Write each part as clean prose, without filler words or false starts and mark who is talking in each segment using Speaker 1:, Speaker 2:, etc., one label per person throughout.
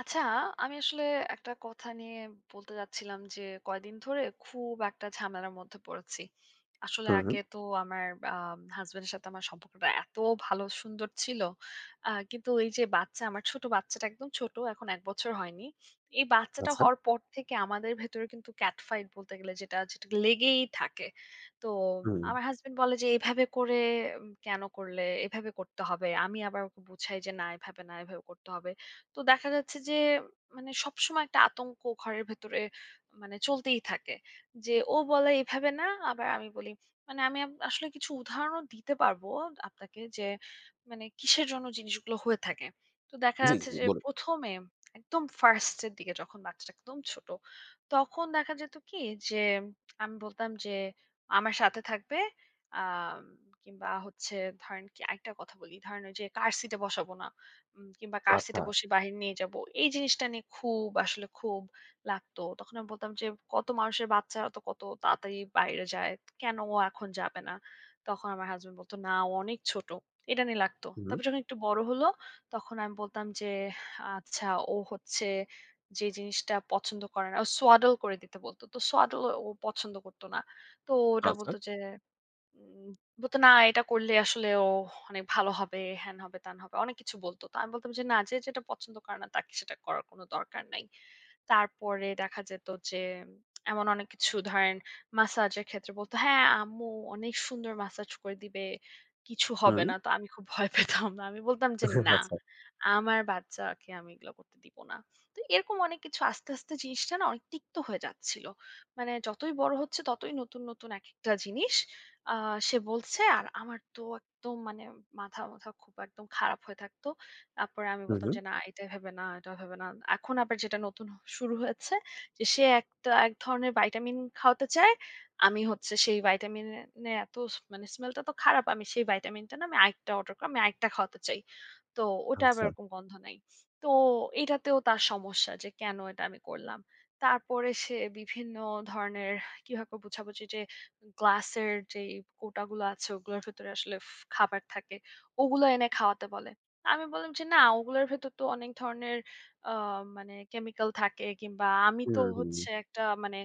Speaker 1: আচ্ছা, আমি আসলে একটা কথা নিয়ে বলতে চাচ্ছিলাম যে, কয়দিন ধরে খুব একটা ঝামেলার মধ্যে পড়েছি। আসলে
Speaker 2: হুম,
Speaker 1: আগে তো আমার আ হাসব্যান্ডের সাথে আমার সম্পর্কটা এত ভালো সুন্দর ছিল। কিন্তু এই যে বাচ্চা, আমার ছোট বাচ্চাটা একদম ছোট, এখন ১ বছর হয়নি। এই বাচ্চাটা
Speaker 2: আচ্ছা।
Speaker 1: হওয়ার পর থেকে আমাদের ভেতরে কিন্তু ক্যাট ফাইট বলতে গেলে যেটা, যেটা লেগেই থাকে। তো
Speaker 2: হুম।
Speaker 1: আমার হাসব্যান্ড বলে যে, "এভাবে করে কেন করলে? এভাবে করতে হবে।" আমি আবার ওকে বুঝাই যে, "না, এভাবে না, এভাবে করতে হবে।" তো দেখা যাচ্ছে যে মানে সবসময় একটা আতঙ্ক ঘরের ভেতরে মানে চলতেই থাকে। যে ও বলে এভাবে না, আবার আমি বলি মানে আমি আপ আসলে কিছু উদাহরণও দিতে পারবো আপনাকে যে মানে কিসের জন্য জিনিসগুলো হয়ে থাকে। তো দেখা
Speaker 2: জি, জি,
Speaker 1: যাচ্ছে
Speaker 2: জি,
Speaker 1: যে
Speaker 2: বলুন।
Speaker 1: ১ম এ একদম ফার্স্ট এর দিকে যখন বাচ্চাটা একদম ছোট, তখন দেখা যেত কি যে আমি বলতাম যে আমার সাথে থাকবে আম কিংবা হচ্ছে ধরেন কি আরেকটা কথা বলি। ধরেন ওই যে কার সিটে বসাবো না। কিংবা কার সিটে
Speaker 2: আচ্ছা।
Speaker 1: বসে বাহিরে নিয়ে যাবো। এই জিনিসটা নিয়ে খুব আসলে খুব লাগতো। তখন আমি বলতাম যে, "কত মানুষের বাচ্চা তো কত তাড়াতাড়ি বাইরে যায়। কেন ও এখন যাবে না?" তখন আমার হাসব্যান্ড বলতো, "না ও অনেক ছোট।" এটা নিয়ে লাগতো।
Speaker 2: হুম,
Speaker 1: তারপর যখন একটু বড় হলো, তখন আমি বলতাম যে, "আচ্ছা ও হচ্ছে যে জিনিসটা পছন্দ করে না।" ও swaddle করে দিতে বলতো। তো swaddle ও পছন্দ করত না। তো ওটা
Speaker 2: আচ্ছা।
Speaker 1: বলতো যে উম বলতো, "না এটা করলে আসলে ও অনেক ভালো হবে, হ্যান হবে, ত্যান হবে।" অনেক কিছু বলত। তো আমি বলতাম যে, "না, যে যেটা পছন্দ করে না তাকে সেটা করার কোনো দরকার নাই।" তারপরে দেখা যেত যে এমন অনেক কিছু ধরেন ম্যাসাজের ক্ষেত্রে বলত, "হ্যাঁ, আম্মু অনেক সুন্দর ম্যাসাজ করে দিবে। কিছু হবে
Speaker 2: হুম,
Speaker 1: না।" তো আমি খুব ভয় পেতাম। না আমি বলতাম যে, "না,
Speaker 2: আচ্ছা।
Speaker 1: আমার বাচ্চাকে আমি এগুলো করতে দিব না।" তো এরকম অনেক কিছু আস্তে, আস্তে জিনিসটা না অনেক তিক্ত হয়ে যাচ্ছিল। মানে যতই বড় হচ্ছে ততই নতুন, নতুন একেকটা জিনিস আ সে বলছে আর আমার তো একদম মানে মাথা-মাথা খুব একদম খারাপ হয়ে থাকতো। তারপরে আমি
Speaker 2: হুম,
Speaker 1: বলতাম
Speaker 2: হুম,
Speaker 1: যে, "না, এটা এভাবে না, এটা এভাবে না।" এখন আবার যেটা নতুন শুরু হয়েছে যে সে একটা এক ধরনের ভাইটামিন খাওয়াতে চায়। আমি হচ্ছে সেই ভাইটামিনে এত স- মানে স্মেলটা তো খারাপ। আমি সেই ভাইটামিনটা না আমি আরেকটা অর্ডার করে আমি আরেকটা খাওয়াতে চাই। তো ওটা আবার
Speaker 2: আচ্ছা।
Speaker 1: ওরকম গন্ধ নাই। তো এটাতেও তার সমস্যা যে কেন এটা আমি করলাম। তারপরে সে বিভিন্ন ধরনের কিভাবে বুঝাবো যে গ্লাসের যেই কোটাগুলো আছে ওগুলোর ভেতরে আসলে ফ খাবার থাকে। ওগুলো এনে খাওয়াতে বলে। আমি বললাম যে, "না, ওগুলোর ভেতর তো অনেক ধরনের আ মানে কেমিক্যাল থাকে কিংবা আমি
Speaker 2: হুম,
Speaker 1: তো
Speaker 2: হুম।
Speaker 1: হচ্ছে একটা মানে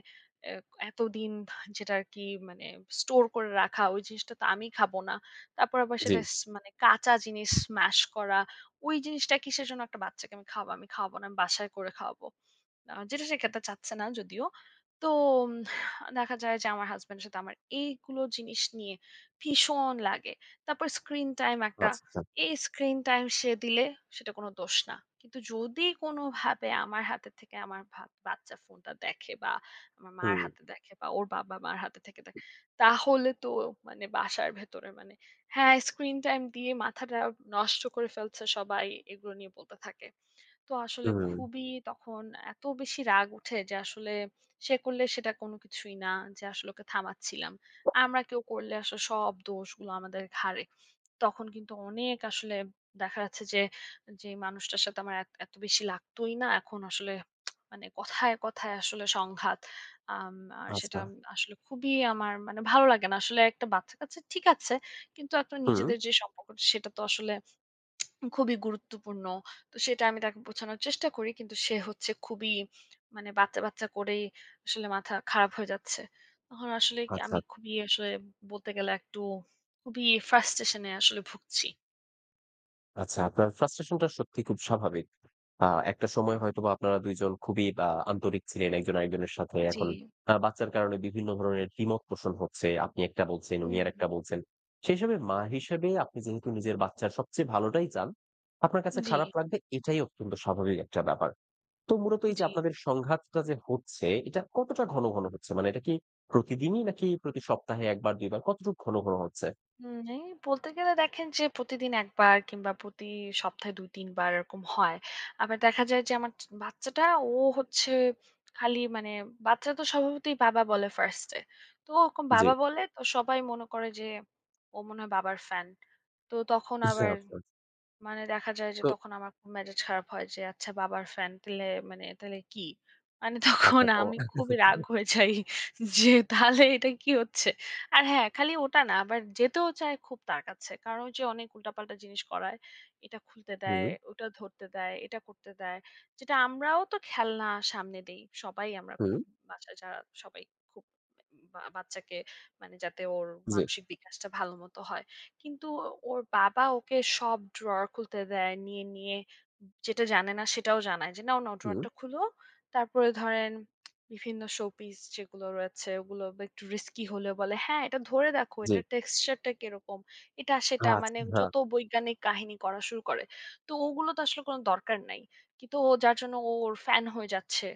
Speaker 1: এ এতদিন যেটা আরকি মানে স্টোর করে রাখা ওই জিনিসটা তো আমি খাবো না।" তারপর আবার
Speaker 2: জি।
Speaker 1: সেটা স মানে কাঁচা জিনিস স্ম্যাশ করা, ওই জিনিসটা কিসের জন্য একটা বাচ্চাকে আমি খাওয়াবো? আমি খাওয়াবো না, আমি বাসায় করে খাওয়াবো। যেটা সে খেতে চাচ্ছে না যদিও। তো দেখা যায় যে আমার হাসব্যান্ডের সাথে আমার এইগুলো জিনিস নিয়ে ভীষণ লাগে। তারপর স্ক্রিন টাইম একটা,
Speaker 2: আচ্ছা, আচ্ছা।
Speaker 1: এই স্ক্রিন টাইম সে দিলে সেটা কোনো দোষ না। কিন্তু যদি কোনোভাবে আমার হাতের থেকে আমার ভা বাচ্চা ফোনটা দেখে বা আমার মার
Speaker 2: হুম,
Speaker 1: হাতে দেখে বা ওর বাবা-মার হাতে থেকে দেখে, তাহলে তো মানে বাসার ভেতরে মানে হ্যাঁ, স্ক্রিন টাইম দিয়ে মাথাটা নষ্ট করে ফেলছে সবাই, এগুলো নিয়ে বলতে থাকে। তো আসলে
Speaker 2: হুম,
Speaker 1: খুবই তখন এত বেশি রাগ উঠে যে আসলে সে করলে সেটা কোনো কিছুই না যে আসলে ওকে থামাচ্ছিলাম। আমরা কেউ করলে আসলে সব দোষগুলো আমাদের ঘাড়ে। তখন কিন্তু অনেক আসলে দেখা যাচ্ছে যে, যেই মানুষটার সাথে আমার এত এত বেশি লাগতোই না এখন আসলে মানে কথায়, কথায় আসলে সংঘাত। আম আর সেটা
Speaker 2: আচ্ছা।
Speaker 1: আসলে খুবই আমার মানে ভালো লাগে না। আসলে একটা বাচ্চা-কাচ্চা ঠিক আছে। কিন্তু আপনার
Speaker 2: হুম,
Speaker 1: নিজেদের যে সম্পর্কটা সেটা তো আসলে খুবই গুরুত্বপূর্ণ। তো সেটা আমি তাকে বোঝানোর চেষ্টা করি। কিন্তু সে হচ্ছে খুবই মানে বাচ্চা, বাচ্চা করেই আসলে মাথা খারাপ হয়ে যাচ্ছে। তখন আসলে কি
Speaker 2: আচ্ছা,
Speaker 1: আমি খুবই আসলে বলতে গেলে একটু খুবই frustration এ আসলে ভুগছি।
Speaker 2: আচ্ছা। আপনার frustration টা সত্যি খুব স্বাভাবিক। আ একটা
Speaker 1: হুম,
Speaker 2: সময় হয়তোবা আপনারা ২ জন খুবই আন্তরিক ছিলেন একজন আরেকজনের সাথে।
Speaker 1: জি।
Speaker 2: এখন বাচ্চার কারণে বিভিন্ন ধরনের দ্বিমত পোষণ হচ্ছে। আপনি একটা বলছেন, উনি
Speaker 1: হুম।
Speaker 2: আরেকটা বলছেন। সেই হিসাবে মা হিসেবে আপনি যেহেতু নিজের বাচ্চার সবচেয়ে ভালোটাই চান, আপনার কাছে
Speaker 1: জি,
Speaker 2: খারাপ লাগবে এটাই অত্যন্ত স্বাভাবিক একটা ব্যাপার। তো মূলত এই যে
Speaker 1: জি।
Speaker 2: আপনাদের সংঘাতটা যে হচ্ছে, এটা কতটা ঘন, ঘন হচ্ছে? মানে এটা কি প্রতিদিনই নাকি প্রতি সপ্তাহে ১ বার ২ বার কতটুকু ঘন, ঘন হচ্ছে?
Speaker 1: হুম, এই বলতে গেলে দেখেন যে প্রতিদিন ১ বার কিংবা প্রতি সপ্তাহে ২-৩ বার এরকম হয়। আবার দেখা যায় যে আমার চ বাচ্চাটা ও হচ্ছে খালি মানে বাচ্চা তো স্বভাবতই বাবা বলে ফার্স্ট এ। তো ওরকম
Speaker 2: জি।
Speaker 1: বাবা বলে তো সবাই মনে করে যে ও মনে হয় বাবার ফ্যান। তো তখন
Speaker 2: আচ্ছা,
Speaker 1: আবার
Speaker 2: আচ্ছা।
Speaker 1: মানে দেখা যায় যে
Speaker 2: তো
Speaker 1: তখন আমার খুব মেজাজ খারাপ হয় যে আচ্ছা বাবার ফ্যান তাইলে মানে তাইলে কি? মানে তখন
Speaker 2: আচ্ছা। তো
Speaker 1: আমি খুবই রাগ হয়ে যাই যে তাহলে এটা কি হচ্ছে? আর হ্যাঁ, খালি ওটা না আবার যেতেও চায় খুব তার কাছে। কারণ ওই যে অনেক উল্টাপাল্টা জিনিস করায়। এটা খুলতে দেয়,
Speaker 2: হুম,
Speaker 1: ওটা ধরতে দেয়, এটা করতে দেয়। যেটা আমরাও তো খেলনা সামনে দেই। সবাই আমরা খুব
Speaker 2: হুম,
Speaker 1: বাসায় যারা সবাই খুব বা বাচ্চাকে মানে যাতে ওর
Speaker 2: জি,
Speaker 1: মানসিক বিকাশটা ভালো মতো হয়। কিন্তু ওর বাবা ওকে সব ড্রয়ার খুলতে দেয়। নিয়ে, নিয়ে যেটা জানে না সেটাও জানায় যে, "নাও, নাও
Speaker 2: হুম,
Speaker 1: ড্রয়ারটা খুলো।" তারপরে ধরেন বিভিন্ন শোপিস যেগুলো রয়েছে ওগুলো বা একটু রিস্কি হলেও বলে, "হ্যাঁ, এটা ধরে দেখো,
Speaker 2: জি।
Speaker 1: এটার টেক্সচারটা কিরকম?" এটা সেটা
Speaker 2: আচ্ছা।
Speaker 1: মানে
Speaker 2: হ্যাঁ।
Speaker 1: যত বৈজ্ঞানিক কাহিনী করা শুরু করে। তো ওগুলো তো আসলে কোনো দরকার নাই। কিন্তু ও যার জন্য ও ওর ফ্যান হয়ে যাচ্ছে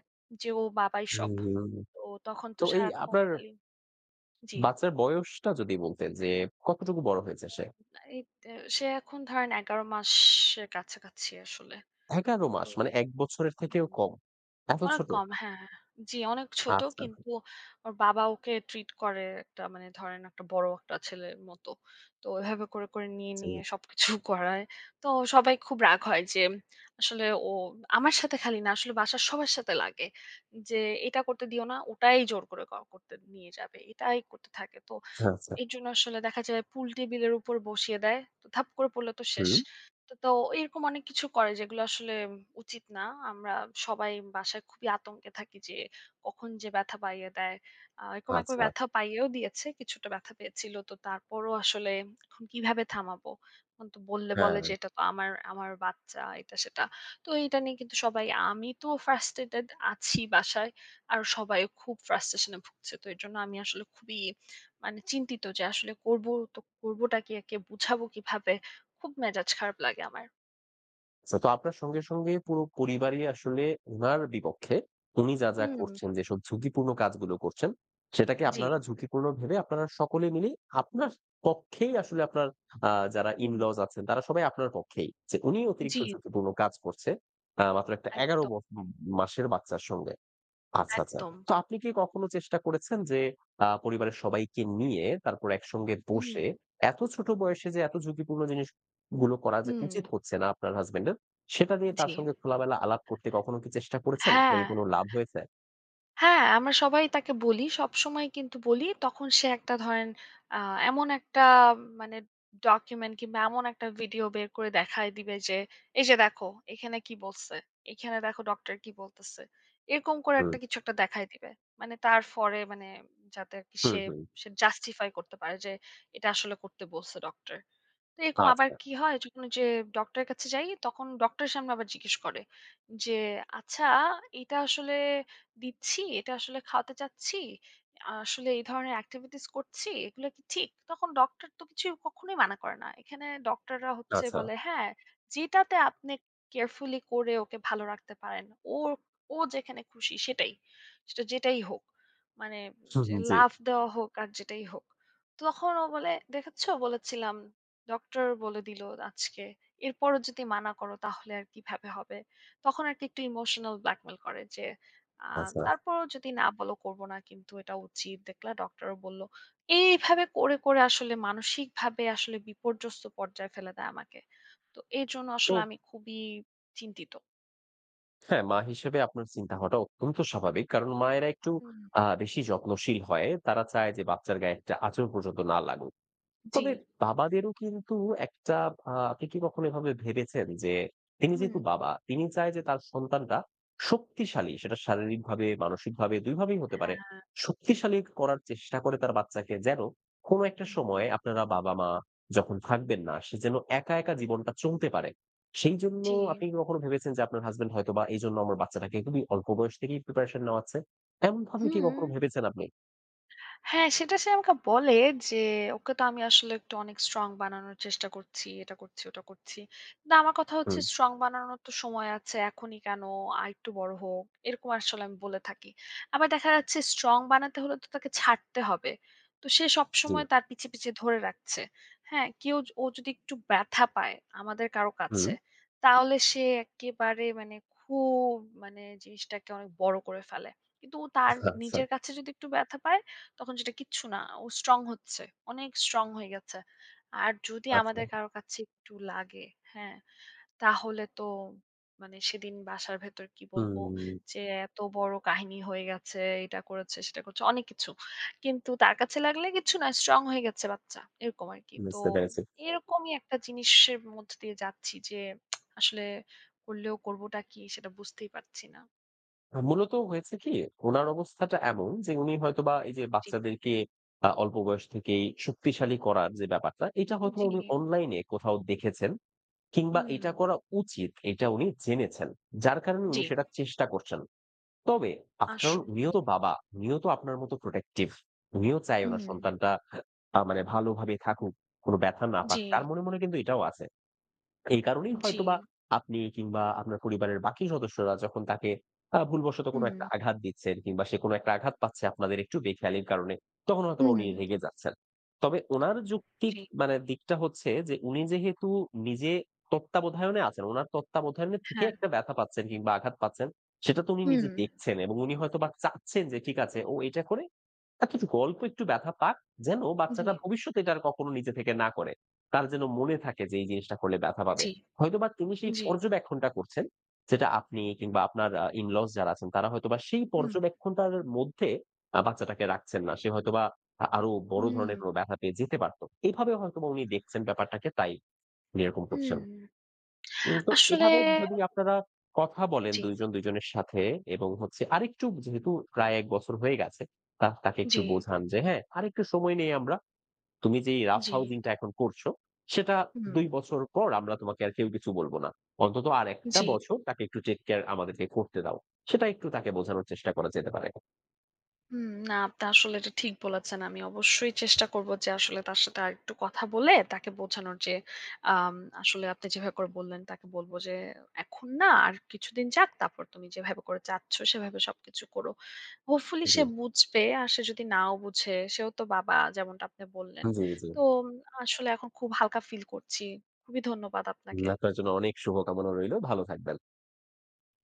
Speaker 1: যে, ও বাবাই সব।
Speaker 2: হুম।
Speaker 1: তো তখন তো
Speaker 2: তো এই
Speaker 1: সারাক্ষণ
Speaker 2: আপনার
Speaker 1: খালি জি।
Speaker 2: বাচ্চার বয়সটা যদি বলতেন যে কতটুকু বড় হয়েছে সে?
Speaker 1: এই তে সে এখন ধরেন ১১ মাসের কাছাকাছি আসলে।
Speaker 2: ১১
Speaker 1: তো
Speaker 2: মাস মানে ১ বছরের থেকেও
Speaker 1: হুম,
Speaker 2: কম। এত
Speaker 1: অনেক
Speaker 2: ছোট?
Speaker 1: কম হ্যাঁ, হ্যাঁ। জি, অনেক ছোট
Speaker 2: আচ্ছা,
Speaker 1: কিন্তু ওর বাবা ওকে ট্রিট করে একটা মানে ধরেন একটা বড় একটা ছেলের মতো। তো এভাবে করে, করে নিয়ে,
Speaker 2: জি।
Speaker 1: নিয়ে সবকিছু করায়। তো সবাই খুব রাগ হয় যে আসলে ও আমার সাথে খালি না আসলে বাসার সবার সাথে লাগে। যে এটা করতে দিও না, ওটাই জোর করে ক করতে নিয়ে যাবে। এটাই করতে থাকে। তো
Speaker 2: আচ্ছা।
Speaker 1: এর জন্য আসলে দেখা যায় পুল টেবিলের উপর বসিয়ে দেয়। তো ধাপ করে পড়লে তো শেষ।
Speaker 2: হুম,
Speaker 1: তো, তো এরকম অনেক কিছু করে যেগুলো আসলে উচিত না। আমরা সবাই বাসায় খুবই আতঙ্কে থাকি যে কখন যে ব্যথা পাইয়ে দেয়। এরকম একবার
Speaker 2: আচ্ছা।
Speaker 1: ব্যথা পাইয়েও দিয়েছে। কিছুটা ব্যথা পেয়েছিল। তো তারপরও আসলে এখন কিভাবে থামাবো? এখন তো বললে বলে
Speaker 2: হ্যাঁ।
Speaker 1: যে এটা তো আমার বাচ্চা এটা সেটা। তো এটা নিয়ে কিন্তু সবাই আমি তো frustrated আছি বাসায়। আর সবাই খুব frustration এ ভুগছে। তো এর জন্য আমি আসলে খুবই মানে চিন্তিত যে আসলে করবো তো করবোটা কি? একে বুঝাবো কিভাবে? খুব মেজাজ খারাপ লাগে আমার।
Speaker 2: আচ্ছা, তো আপনার সঙ্গে, সঙ্গে পুরো পরিবারই আসলে উনার বিপক্ষে। উনি যা, যা
Speaker 1: হুম।
Speaker 2: করছেন, যেসব ঝুঁকিপূর্ণ কাজগুলো করছেন, সেটাকে
Speaker 1: জি।
Speaker 2: আপনারা ঝুঁকিপূর্ণ ভেবে আপনারা সকলে মিলে আপনার পক্ষেই আসলে আপনার যারা
Speaker 1: হুম।
Speaker 2: in-laws আছেন, তারা সবাই আপনার পক্ষেই। যে উনি
Speaker 1: জি,
Speaker 2: অতিরিক্ত ঝুঁকিপূর্ণ কাজ করছে। মাত্র একটা ১১
Speaker 1: একদম,
Speaker 2: মাসের বাচ্চার সঙ্গে। আচ্ছা, আচ্ছা।
Speaker 1: একদম।
Speaker 2: তো আপনি কি কখনো চেষ্টা করেছেন যে পরিবারের সবাইকে নিয়ে তারপর একসঙ্গে
Speaker 1: হুম,
Speaker 2: বসে এত ছোট বয়সে যে এত ঝুঁকিপূর্ণ জিনিসগুলো করা যে
Speaker 1: হুম।
Speaker 2: উচিত হচ্ছে না আপনার হাসব্যান্ডের, সেটা নিয়ে
Speaker 1: জি।
Speaker 2: তার সঙ্গে খোলামেলা আলাপ করতে কখনো কি চেষ্টা করেছেন?
Speaker 1: হ্যাঁ।
Speaker 2: নাকি কোনো লাভ হয়েছে?
Speaker 1: হ্যাঁ, আমরা সবাই তাকে বলি। সবসময় কিন্তু বলি। তখন সে একটা ধরেন আ এমন একটা মানে ডকুমেন্ট কিংবা এমন একটা ভিডিও বের করে দেখায় দিবে যে, "এই যে দেখো, এখানে কি বলছে? এখানে দেখো ডক্টর কি বলতেছে।" এরকম করে
Speaker 2: হুম,
Speaker 1: একটা কিছু একটা দেখায় দিবে। মানে তার ফরে মানে যাতে আরকি
Speaker 2: হুম,
Speaker 1: সে,
Speaker 2: হুম।
Speaker 1: সে জাস্টিফাই করতে পারে যে এটা আসলে করতে বলছে ডক্টর। তো এরকম আবার
Speaker 2: আচ্ছা,
Speaker 1: কি হয় যখন ওই যে ডক্টরের কাছে যাই তখন ডক্টরের সামনে আবার জিজ্ঞেস করে যে আচ্ছা এটা আসলে দিচ্ছি এটা আসলে খাওয়াতে চাচ্ছি আসলে এই ধরনের অ্যাক্টিভিটিস করছি এগুলো কি ঠিক তখন ডক্টর তো কিছু কখনোই মানা করে না এখানে ডক্টররা হচ্ছে
Speaker 2: আচ্ছা।
Speaker 1: বলে হ্যাঁ যেটাতে আপনি কেয়ারফুলি করে ওকে ভালো রাখতে পারেন ও ও যেখানে খুশি সেটাই সেটা যেটাই হোক মানে
Speaker 2: হুম, হুম, জি।
Speaker 1: লাভ দেওয়া হোক আর যেটাই হোক তখন ও বলে দেখেছো বলেছিলাম ডক্টর বলে দিল আজকে। এরপরও যদি মানা করো তাহলে আর কিভাবে হবে? তখন আরকি একটু ইমোশনাল ব্ল্যাকমেইল করে যে, আ
Speaker 2: আচ্ছা।
Speaker 1: তারপরও যদি না বলো করব না কিন্তু এটা উচিত। দেখলা ডক্টরও বলল। এইভাবে করে, করে আসলে মানসিকভাবে আসলে বিপর্যস্ত পর্যায়ে ফেলে দেয় আমাকে। তো এজন্য
Speaker 2: তো
Speaker 1: আসলে আমি খুবই চিন্তিত।
Speaker 2: হ্যাঁ, মা হিসেবে আপনার চিন্তা হওয়াটা অত্যন্ত স্বাভাবিক। কারণ মায়েরা একটু
Speaker 1: হুম।
Speaker 2: বেশি যত্নশীল হয়। তারা চায় যে বাচ্চার গায়ে একটা আঁচড় পর্যন্ত না লাগুক।
Speaker 1: জি।
Speaker 2: তবে বাবাদেরও কিন্তু একটা আপনি কি কখনো এভাবে ভেবেছেন যে তিনি যেহেতু
Speaker 1: হুম।
Speaker 2: বাবা, তিনি চায় যে তার সন্তানরা শক্তিশালী, সেটা শারীরিকভাবে, মানসিকভাবে ২ ভাবেই হতে পারে।
Speaker 1: হ্যাঁ।
Speaker 2: শক্তিশালী করার চেষ্টা করে তার বাচ্চাকে যেন কোনো একটা
Speaker 1: হুম।
Speaker 2: সময় আপনারা বাবা-মা যখন থাকবেন না, সে যেন একা, একা জীবনটা চলতে পারে। সেইজন্য
Speaker 1: জি।
Speaker 2: আপনি কি কখনো ভেবেছেন যে আপনার হাসব্যান্ড হয়তোবা এইজন্য আমার বাচ্চাটাকে খুবই অল্প বয়স থেকেই প্রিপারেশন নেওয়াচ্ছে? এমনভাবে কি
Speaker 1: হুম।
Speaker 2: কখনো ভেবেছেন আপনি?
Speaker 1: হ্যাঁ, সেটা সে আমাকে বলে যে, "ওকে তো আমি আসলে একটু অনেক স্ট্রং বানানোর চেষ্টা করছি। এটা করছি, ওটা করছি।" কিন্তু আমার কথা হচ্ছে,
Speaker 2: হুম,
Speaker 1: "স্ট্রং বানানোর তো সময় আছে। এখনই কেন? আরেকটু বড় হোক।" এরকম আসলে আমি বলে থাকি। আবার দেখা যাচ্ছে স্ট্রং বানাতে হলে তো তাকে ছাড়তে হবে। তো সে
Speaker 2: জি,
Speaker 1: সবসময় তার পিছে, পিছে ধরে রাখছে। হ্যাঁ, কেউ য- ও যদি একটু ব্যথা পায় আমাদের কারো কাছে,
Speaker 2: হুম,
Speaker 1: তাহলে সে একেবারে মানে খুব মানে জিনিসটাকে অনেক বড় করে ফেলে। কিন্তু ও তার
Speaker 2: আচ্ছা,
Speaker 1: নিজের কাছে যদি একটু ব্যথা পায় তখন সেটা কিচ্ছু না। ও স্ট্রং হচ্ছে। অনেক স্ট্রং হয়ে গেছে। আর যদি
Speaker 2: আচ্ছা,
Speaker 1: আমাদের কারো কাছে একটু লাগে, হ্যাঁ? তাহলে তো মানে সেদিন বাসার ভেতর কি বলবো
Speaker 2: হুম।
Speaker 1: যে, এত বড় কাহিনী হয়ে গেছে, এটা করেছে, সেটা করেছে, অনেক কিছু। কিন্তু তার কাছে লাগলে কিচ্ছু না, স্ট্রং হয়ে গেছে বাচ্চা। এরকম আরকি। তো
Speaker 2: বুঝতে পেরেছি।
Speaker 1: এরকমই একটা জিনিসের মধ্য দিয়ে যাচ্ছি যে, আসলে করলেও করবোটা কি সেটা বুঝতেই পারছি না।
Speaker 2: মূলত হয়েছে কি? উনার অবস্থাটা এমন যে উনি হয়তোবা এই যে
Speaker 1: জি,
Speaker 2: বাচ্চাদেরকে অল্প বয়স থেকেই শক্তিশালী করার যে ব্যাপারটা, এটা
Speaker 1: জি।
Speaker 2: হয়তোবা উনি অনলাইনে কোথাও দেখেছেন কিংবা
Speaker 1: হুম।
Speaker 2: এটা করা উচিত এটা উনি জেনেছেন। যার কারণে
Speaker 1: জি,
Speaker 2: উনি সেটা চেষ্টা করছেন। তবে আফটার অল উনিও
Speaker 1: আসলেই।
Speaker 2: তো বাবা, উনিও তো আপনার মতো প্রোটেক্টিভ। উনিও চায় উনার
Speaker 1: হুম।
Speaker 2: সন্তানটা মানে ভালোভাবে থাকুক, কোনো ব্যথা না
Speaker 1: জি,
Speaker 2: পাক। তার মনে, মনে কিন্তু এটাও আছে। এই কারণেই
Speaker 1: জি।
Speaker 2: হয়তোবা আপনি কিংবা আপনার পরিবারের বাকি সদস্যরা যখন তাকে ভুলবশত কোনো
Speaker 1: হুম,
Speaker 2: একটা আঘাত দিচ্ছেন কিংবা সে কোনো একটা আঘাত পাচ্ছে আপনাদের একটু বেখেয়ালির কারণে, তখন হয়তোবা
Speaker 1: হুম।
Speaker 2: উনি রেগে যাচ্ছেন। তবে উনার যৌক্তিক
Speaker 1: জি,
Speaker 2: মানে দিকটা হচ্ছে যে উনি যেহেতু নিজে তত্ত্বাবধায়নে আছেন, উনার তত্ত্বাবধানে থেকে
Speaker 1: হ্যাঁ।
Speaker 2: একটা ব্যথা পাচ্ছেন কিংবা আঘাত পাচ্ছেন, সেটা তো উনি
Speaker 1: হুম।
Speaker 2: নিজে দেখছেন এবং উনি হয়তোবা চাচ্ছেন যে ঠিক আছে ও এটা করে এতটুকু অল্প একটু ব্যথা পাক, যেন
Speaker 1: জি,
Speaker 2: বাচ্চাটা ভবিষ্যতে এটা আর কখনো নিজে থেকে না করে। তার যেন মনে থাকে যে এই জিনিসটা করলে ব্যথা পাবে।
Speaker 1: জি,
Speaker 2: হয়তোবা তিনি সেই
Speaker 1: জি।
Speaker 2: পর্যবেক্ষণটা করছেন, যেটা আপনি কিংবা আপনার in-laws যারা আছেন তারা হয়তোবা সেই
Speaker 1: হুম,
Speaker 2: পর্যবেক্ষণটার মধ্যে বাচ্চাটাকে রাখছেন না। সে হয়তোবা আরো বড়
Speaker 1: হুম।
Speaker 2: ধরনের কোনো ব্যথা পেয়ে যেতে পারত। এভাবে হয়তোবা উনি দেখছেন ব্যাপারটাকে, তাই উনি এরকম করছেন।
Speaker 1: হুম।
Speaker 2: তো
Speaker 1: আসলে
Speaker 2: এভাবে যদি আপনারা কথা বলেন
Speaker 1: জি,
Speaker 2: ২ জন ২ জনের সাথে এবং হচ্ছে আরেকটু যেহেতু প্রায় ১ বছর হয়ে গেছে, তা তাকে একটু
Speaker 1: জি,
Speaker 2: বোঝান যে, "হ্যাঁ, আরেকটু সময় নেই আমরা। তুমি যেই রাফ
Speaker 1: জি,
Speaker 2: হাউজিং টা এখন করছো, সেটা
Speaker 1: হুম।
Speaker 2: ২ বছর পর আমরা তোমাকে আর কেউ কিছু বলব না। অন্তত আরেকটা
Speaker 1: জি।
Speaker 2: বছর তাকে একটু টেক কেয়ার আমাদেরকে করতে দাও।" সেটা একটু তাকে বোঝানোর চেষ্টা করা যেতে পারে।
Speaker 1: হুম, না আপনি আসলে এটা ঠিক বলেছেন। আমি অবশ্যই চেষ্টা করব যে আসলে তার সাথে আরেকটু কথা বলে তাকে বোঝানোর যে আম আসলে আপনি যেভাবে করে বললেন তাকে বলব যে, "এখন না আর কিছুদিন যাক তারপর তুমি যেভাবে করে চাচ্ছ সেভাবে সবকিছু করো।" হোপফুলি
Speaker 2: জি,
Speaker 1: সে বুঝবে। আর সে যদি নাও বুঝে সেও তো বাবা যেমনটা আপনি বললেন।
Speaker 2: জি, জি।
Speaker 1: তো আসলে এখন খুব হালকা ফিল করছি। খুবই ধন্যবাদ আপনাকে।
Speaker 2: আপনার জন্য অনেক শুভকামনা রইলো। ভালো থাকবেন।